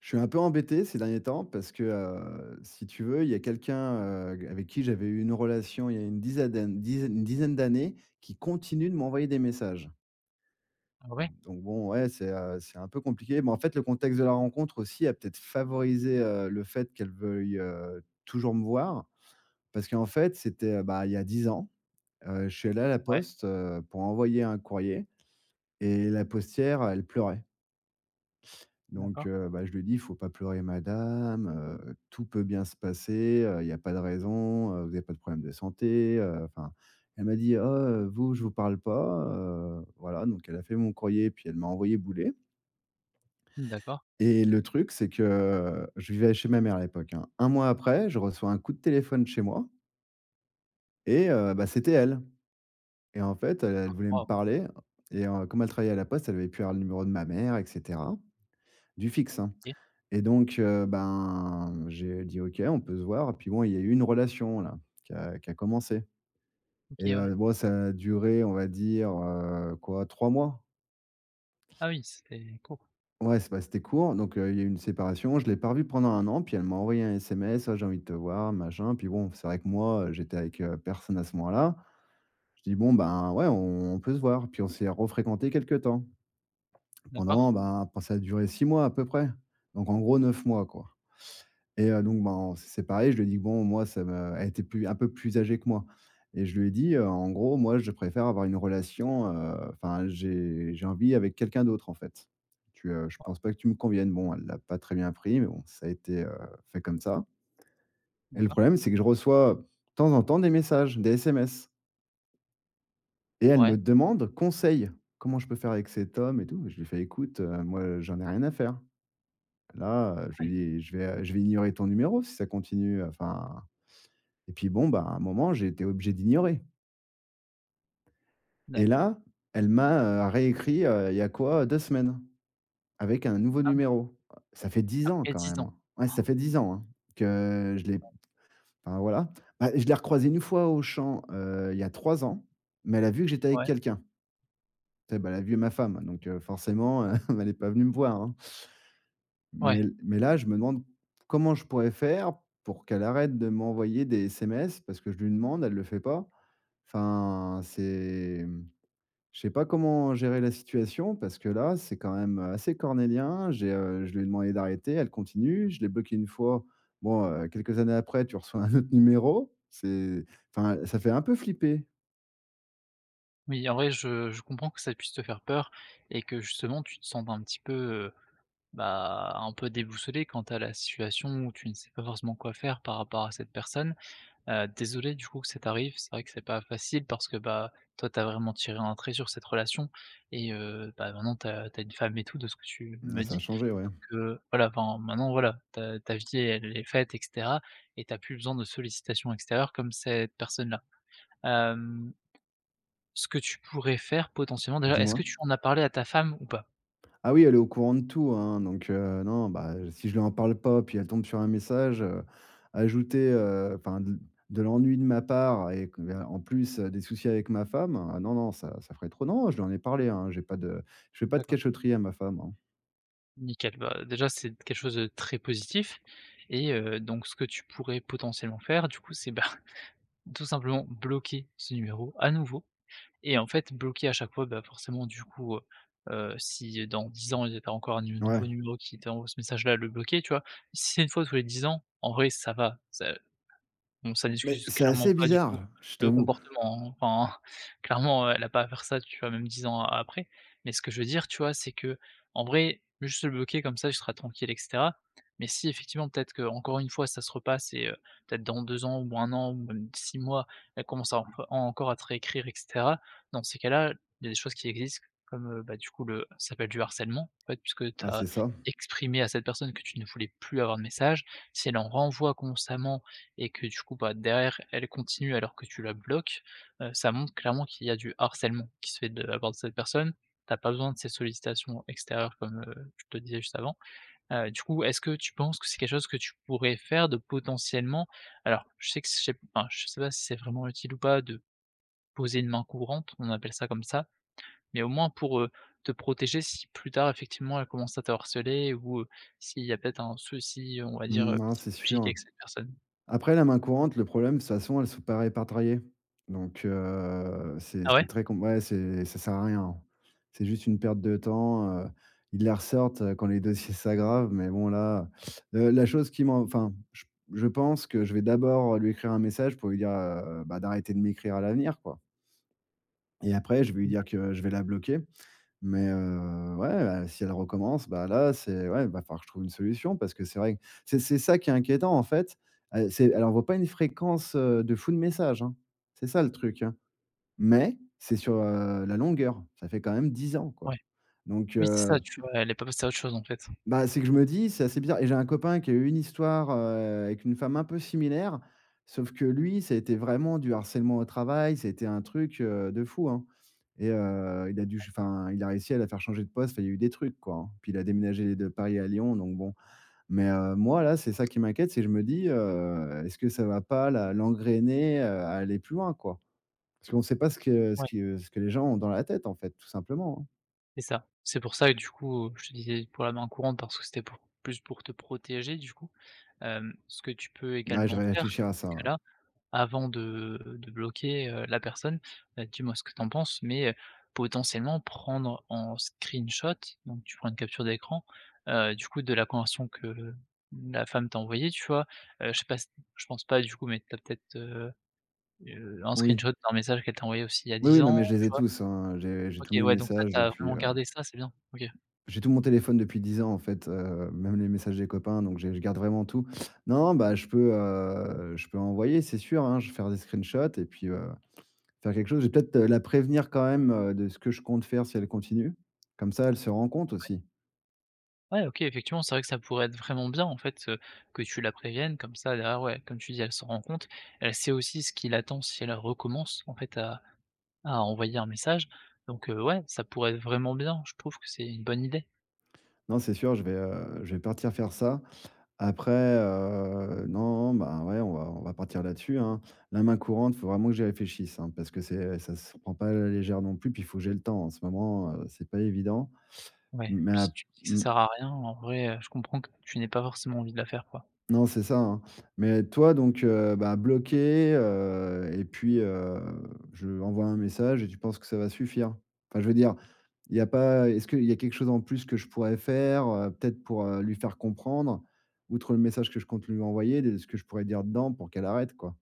Je suis un peu embêté ces derniers temps parce que, si tu veux, il y a quelqu'un, avec qui j'avais eu une relation il y a une dizaine d'années qui continue de m'envoyer des messages. Ah ouais? Donc bon, ouais, c'est un peu compliqué. Mais en fait, le contexte de la rencontre aussi a peut-être favorisé, le fait qu'elle veuille, toujours me voir. Parce qu'en fait, c'était, bah, il y a 10 ans, je suis allé à la Ouais, poste, pour envoyer un courrier, et la postière, elle pleurait. Donc d'accord, bah, je lui dis, «Il faut pas pleurer madame, tout peut bien se passer, il y a pas de raison, vous avez pas de problème de santé», enfin, elle m'a dit: «Oh, vous, je vous parle pas», voilà, donc elle a fait mon courrier, puis elle m'a envoyé bouler. d'accord. Et le truc, c'est que je vivais chez ma mère à l'époque, hein. 1 mois après, je reçois un coup de téléphone chez moi, et bah, c'était elle, et en fait, elle voulait me Waouh, parler. Et comme elle travaillait à la poste, elle avait pu avoir le numéro de ma mère et cetera, du fixe, hein. OK, Et donc, ben, j'ai dit: «OK, on peut se voir». Puis bon, il y a eu une relation là, qui a commencé. Et OK, ouais. Bon, ça a duré, on va dire, quoi, 3 mois. Ah oui, c'est cool. Ouais, c'est bah, c'était court, donc il y a eu une séparation. Je l'ai pas revue pendant un an, puis elle m'a envoyé un SMS: «Ah, j'ai envie de te voir, machin». Puis bon, c'est vrai que moi, j'étais avec, personne à ce moment-là. Je dis: «Bon, ben, ouais, on peut se voir». Puis on s'est refréquenté quelques temps. D'accord, Pendant, ben, ça a duré 6 mois à peu près. Donc en gros 9 mois, quoi. Et donc, ben, on s'est séparés. Je lui ai dit que, bon, moi, ça me elle était plus un peu plus âgée que moi, et je lui ai dit, «En gros, moi, je préfère avoir une relation, enfin, j'ai envie avec quelqu'un d'autre, en fait. Je pense pas que tu me conviennes». Bon, elle l'a pas très bien pris, mais bon, ça a été, fait comme ça. Et le d'accord. problème, c'est que je reçois, de temps en temps, des messages, des SMS, et elle Ouais, me demande conseil. «Comment je peux faire avec cet homme et tout?» Je lui fais: «Écoute, moi, j'en ai rien à faire. Là, je ouais, lui dis: "Je vais ignorer ton numéro si ça continue, enfin"». Et puis bon, bah, à un moment, j'ai été obligé d'ignorer. Et d'accord. là, elle m'a, réécrit, il y a quoi? 2 semaines, avec un nouveau Ah oui, numéro. Ça fait 10 ans après quand dix ans. même. Ouais, ça fait 10 ans, hein, que je l'ai, enfin voilà. Bah, je l'ai recroisée une fois au champ, il y a 3 ans, mais elle a vu que j'étais avec Ouais, quelqu'un. Tu sais, bah, elle a vu ma femme, donc forcément, elle n'est pas venue me voir, hein. Mais ouais. mais là, je me demande comment je pourrais faire pour qu'elle arrête de m'envoyer des SMS, parce que je lui demande, elle ne le fait pas. Enfin, c'est je sais pas comment gérer la situation, parce que là, c'est quand même assez cornélien. J'ai, je lui ai demandé d'arrêter, elle continue, je l'ai bloqué une fois. Bon, quelques années après, tu reçois un autre numéro. C'est, enfin, ça fait un peu flipper. Oui, en vrai, je comprends que ça puisse te faire peur et que justement tu te sentes un petit peu, bah, un peu déboussolé quant à la situation où tu ne sais pas forcément quoi faire par rapport à cette personne. Désolé du coup que ça t'arrive. C'est vrai que c'est pas facile parce que, bah, toi t'as vraiment tiré un trait sur cette relation et bah, maintenant t'as une femme et tout de ce que tu Mmh, me ça a dis. changé, ouais. Donc, voilà, enfin maintenant voilà, ta vie elle est faite et cetera et t'as plus besoin de sollicitations extérieures comme cette personne-là. Hem, Ce que tu pourrais faire potentiellement déjà, est-ce que Dis-moi? tu en as parlé à ta femme ou pas? Ah oui, elle est au courant de tout, hein, donc non, bah, si je lui en parle pas, puis elle tombe sur un message, ajouter, enfin de l'ennui de ma part et que bah, en plus, des soucis avec ma femme, ah non, non, ça ferait trop. Non, je lui en ai parlé, hein, j'ai pas de je fais pas de D'accord, cachotterie à ma femme, hein. nickel. Bah, déjà c'est quelque chose de très positif et donc ce que tu pourrais potentiellement faire du coup, c'est, bah, tout simplement bloquer ce numéro à nouveau et en fait bloquer à chaque fois, bah, forcément du coup, si dans 10 ans il y avait encore un nu nouveau Ouais, numéro qui t'envoie ce message-là, le bloquer, tu vois? Si c'est 1 fois tous les 10 ans, en vrai ça va. Bon, ça mais n'excuse c'est clairement assez pas du coup bizarre, je le t'avoue. comportement, hein. Enfin, clairement, elle a pas à faire ça, tu vois? Même 10 ans a après. Mais ce que je veux dire, tu vois, c'est que en vrai, juste le bloquer comme ça, je serai tranquille et cetera. Mais si effectivement, peut-être que encore une fois, ça se repasse et peut-être dans 2 ans ou un an ou même 6 mois, elle commence à enf encore à te réécrire et cetera. Dans ces cas-là, il y a des choses qui existent comme, bah, du coup le ça s'appelle du harcèlement, en fait, puisque tu Ah, as c'est ça. exprimé à cette personne que tu ne voulais plus avoir de messages. Si elle en renvoie constamment et que du coup, bah, derrière, elle continue alors que tu la bloques, ça montre clairement qu'il y a du harcèlement qui se fait de la part de cette personne. T'as pas besoin de ces sollicitations extérieures comme, je te disais juste avant. Du coup, est-ce que tu penses que c'est quelque chose que tu pourrais faire de potentiellement alors je sais que je sais enfin, je sais pas si c'est vraiment utile ou pas de poser une main courante, on appelle ça comme ça, mais au moins pour, te protéger si plus tard effectivement elle commence à te harceler ou, s'il y a peut-être un souci, on va dire, Mmh, non, c'est psychologique sûr. avec cette personne. Après la main courante, le problème, de toute façon, elle se sont pas répertoriées. Donc c'est Ah ouais? c'est très com ouais, c'est ça, sert à rien. C'est juste une perte de temps, ils la ressortent, quand les dossiers s'aggravent, mais bon là, la chose qui m'en enfin, je pense que je vais d'abord lui écrire un message pour lui dire, bah, d'arrêter de m'écrire à l'avenir, quoi. Et après je vais lui Mmh, dire que je vais la bloquer. Mais ouais, bah, si elle recommence, bah, là, c'est, ouais, il va falloir que je trouve une solution, parce que c'est vrai que c'est ça qui est inquiétant, en fait. C'est Elle envoie pas une fréquence, de fou de messages, hein. C'est ça le truc, hein. Mais c'est sur, la longueur. Ça fait quand même 10 ans, quoi. ouais. Donc Oui, c'est ça, tu vois? Elle est pas passée à autre chose, en fait. bah, c'est que je me dis, c'est assez bizarre, et j'ai un copain qui a eu une histoire, avec une femme un peu similaire, sauf que lui, ça a été vraiment du harcèlement au travail. C'était un truc, de fou, hein. Et il a dû, enfin, il a réussi à la faire changer de poste, enfin, il y a eu des trucs, quoi, hein. Puis il a déménagé de Paris à Lyon, donc bon. Mais moi, là, c'est ça qui m'inquiète, c'est que je me dis, «Est-ce que ça va pas la l'engrainer, à aller plus loin, quoi?» Parce qu'on ne sait pas ce que ce Ouais, que ce que les gens ont dans la tête, en fait, tout simplement, hein. c'est ça. C'est pour ça que, du coup, je te disais pour la main courante parce que c'était pour plus pour te protéger, du coup. Ce que tu peux Ouais, je également vais faire réfléchir à dans ces ça, ouais. cas-là, avant de bloquer, la personne, dis-moi ce que t'en penses, mais, potentiellement prendre en screenshot, donc tu prends une capture d'écran, du coup, de la conversation que la femme t'a envoyée, tu vois? Je sais pas si je pense pas, du coup, mais t'as peut-être, un Oui. screenshot d'un message qu'elle t'a envoyé aussi il y a Oui, 10 oui, non, ans, mais je les tu ai tous, hein. J'ai tous OK, mes ouais, donc ça, messages t'as depuis, vraiment gardé ça, c'est bien. OK. j'ai tout mon téléphone depuis 10 ans en fait, même les messages des copains, donc j'ai je garde vraiment tout. Non, bah, je peux envoyer, c'est sûr, hein. Je vais faire des screenshots et puis, faire quelque chose. Je vais peut-être, la prévenir quand même, de ce que je compte faire si elle continue. Comme ça, elle se rend compte aussi. Ouais, OK, effectivement, c'est vrai que ça pourrait être vraiment bien, en fait, que tu la préviennes comme ça derrière, ouais, comme tu dis, elle s'en rend compte. Elle sait aussi ce qui l'attend si elle recommence, en fait, à envoyer un message. Donc, ouais, ça pourrait être vraiment bien. Je trouve que c'est une bonne idée. Non, c'est sûr, je vais partir faire ça. Après, non, bah, ouais, on va partir là-dessus, hein. La main courante, faut vraiment que j'y réfléchisse, hein, parce que c'est ça se prend pas à la légère non plus, puis il faut que j'ai le temps. En ce moment, c'est pas évident, Ouais, mais puis si tu me dis que ça mmh, sert à rien, en vrai, je comprends que tu n'aies pas forcément envie de la faire, quoi. non, c'est ça, hein. Mais toi donc, bah, bloquer, et puis, je envoie un message et tu penses que ça va suffire? Enfin, je veux dire, il y a pas est-ce qu'il y a quelque chose en plus que je pourrais faire, peut-être pour, lui faire comprendre, outre le message que je compte lui envoyer, de ce que je pourrais dire dedans pour qu'elle arrête, quoi?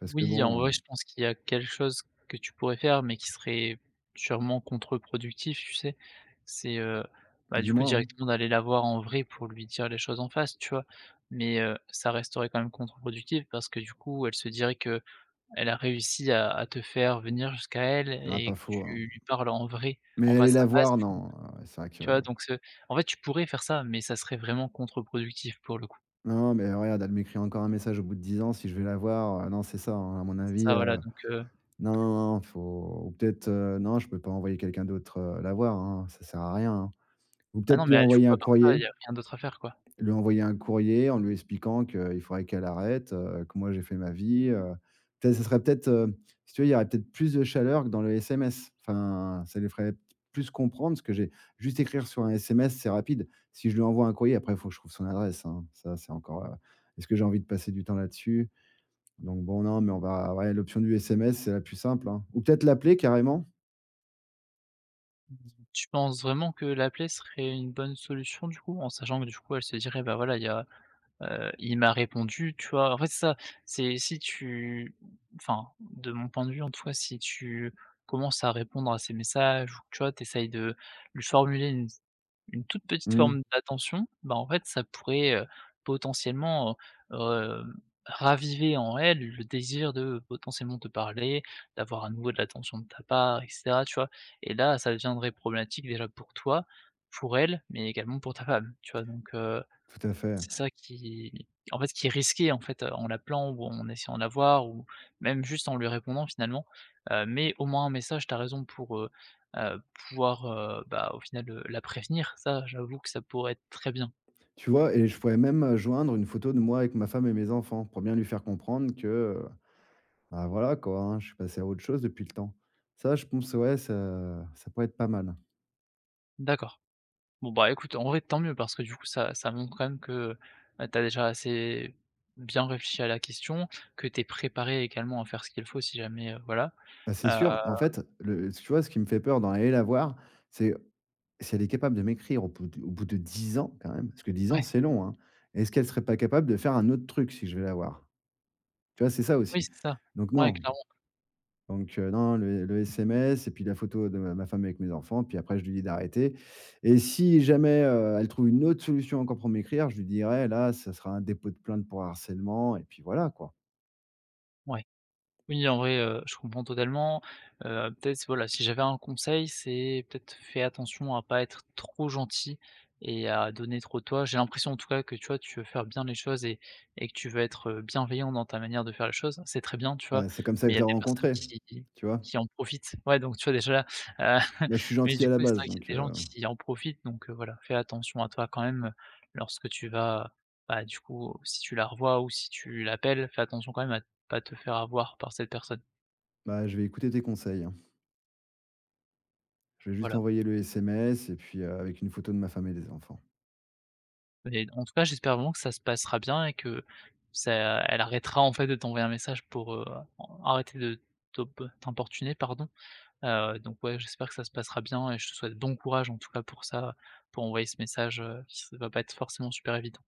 Parce que Oui, en bon, vrai, je pense qu'il y a quelque chose que tu pourrais faire, mais qui serait sûrement contre-productif, tu sais? C'est, bah, du coup, dis-moi, hein? directement d'aller la voir en vrai pour lui dire les choses en face, tu vois? Mais, ça resterait quand même contre-productif parce que, du coup, elle se dirait que elle a réussi à te faire venir jusqu'à elle Ah, et pas que faux, tu hein. lui parles en vrai, en Mais aller face à la face, voir, du coup, non, c'est vrai que tu vois? Donc, ce en fait, tu pourrais faire ça, mais ça serait vraiment contre-productif pour le coup. non, mais regarde, elle m'écrit encore un message au bout de 10 ans, si je vais la voir, non, c'est ça, hein, à mon C'est avis, ça, voilà, donc, non, non, non, faut, ou peut-être, non, je peux pas envoyer quelqu'un d'autre, la voir, hein, ça sert à rien, hein. Ou ah non, peut-être lui mais, ah, du envoyer coup, à un part ça, il y courrier. a rien d'autre à faire, quoi. Lui envoyer un courrier en lui expliquant qu'il faudrait qu'elle arrête, que moi j'ai fait ma vie. Peut-être ce serait peut-être, si tu veux, il y aurait peut-être plus de chaleur que dans le SMS. Enfin, ça les ferait plus comprendre, ce que j'ai juste écrire sur un SMS, c'est rapide. Si je lui envoie un courrier, après, il faut que je trouve son adresse, hein. Ça, c'est encore, est-ce que j'ai envie de passer du temps là-dessus? Donc bon, non, mais on va ouais, l'option du SMS, c'est la plus simple, hein. Ou peut-être l'appeler carrément? Tu penses vraiment que la plaie serait une bonne solution du coup? En sachant que du coup elle se dirait: «Bah voilà, il y a, il m'a répondu», tu vois? En fait c'est ça, c'est si tu enfin de mon point de vue en tout cas, si tu commences à répondre à ses messages ou que, tu vois, tu de lui formuler une toute petite Mmh, forme d'attention, bah, en fait, ça pourrait, potentiellement, heu, hem, raviver en elle le désir de potentiellement te parler, d'avoir à nouveau de l'attention de ta part et cetera, tu vois? Et là, ça deviendrait problématique déjà pour toi, pour elle, mais également pour ta femme, tu vois? Donc, tout à fait. c'est ça qui en fait, qui est risqué, en fait, en l'appelant ou en essayant de la voir ou même juste en lui répondant finalement, mais au moins un message, tu as raison pour, heu, pouvoir, bah, au final, la prévenir. Ça, j'avoue que ça pourrait être très bien. Tu vois? Et je pourrais même, joindre une photo de moi avec ma femme et mes enfants, pour bien lui faire comprendre que, euh, bah, voilà quoi, hein, je suis passé à autre chose depuis le temps. Ça, je pense, ouais, ça pourrait être pas mal. D'accord. Bon, bah, écoute, en vrai, tant mieux parce que du coup, ça montre quand même que, tu as déjà assez bien réfléchi à la question, que tu es préparé également à faire ce qu'il faut si jamais, voilà. Bah, c'est Heu, sûr, en fait, le tu vois, ce qui me fait peur dans aller la voir, c'est si elle est capable de m'écrire au bout de 10 ans quand même, parce que 10 ans, ouais, c'est long, hein. Est-ce qu'elle serait pas capable de faire un autre truc si je vais la voir? Tu vois, c'est ça oui, aussi. c'est ça. Donc Ouais, non, clairement, donc non, le SMS et puis la photo de ma femme avec mes enfants, puis après je lui dis d'arrêter, et si jamais, elle trouve une autre solution encore pour m'écrire, je lui dirai là, ça sera un dépôt de plainte pour harcèlement et puis voilà quoi. ouais. Oui, en vrai, je comprends totalement. Peut-être, voilà, si j'avais un conseil, c'est peut-être fais attention à pas être trop gentil et à donner trop de toi. J'ai l'impression, en tout cas, que, tu vois, tu veux faire bien les choses et que tu veux être, bienveillant dans ta manière de faire les choses. C'est très bien, tu vois? C'est comme ça Mais que il je y a l'ai des personnes rencontré, qui tu vois? En profitent. Ouais, donc, tu vois, déjà là, Bah, je suis mais gentil du à coup, la c'est base vrai qu'il y donc a des gens qui en profitent, donc, voilà, fais attention à toi quand même, lorsque tu vas, bah, du coup, si tu la revois ou si tu l'appelles, fais attention quand même à pas te faire avoir par cette personne. bah, je vais écouter tes conseils, hein. Je vais juste Voilà. envoyer le SMS et puis, avec une photo de ma femme et des enfants. Mais en tout cas, j'espère vraiment que ça se passera bien et que ça elle arrêtera en fait de t'envoyer un message pour, en arrêter de t'importuner, pardon. Donc ouais, j'espère que ça se passera bien et je te souhaite bon courage en tout cas pour ça, pour envoyer ce message, qui s va pas être forcément super évident.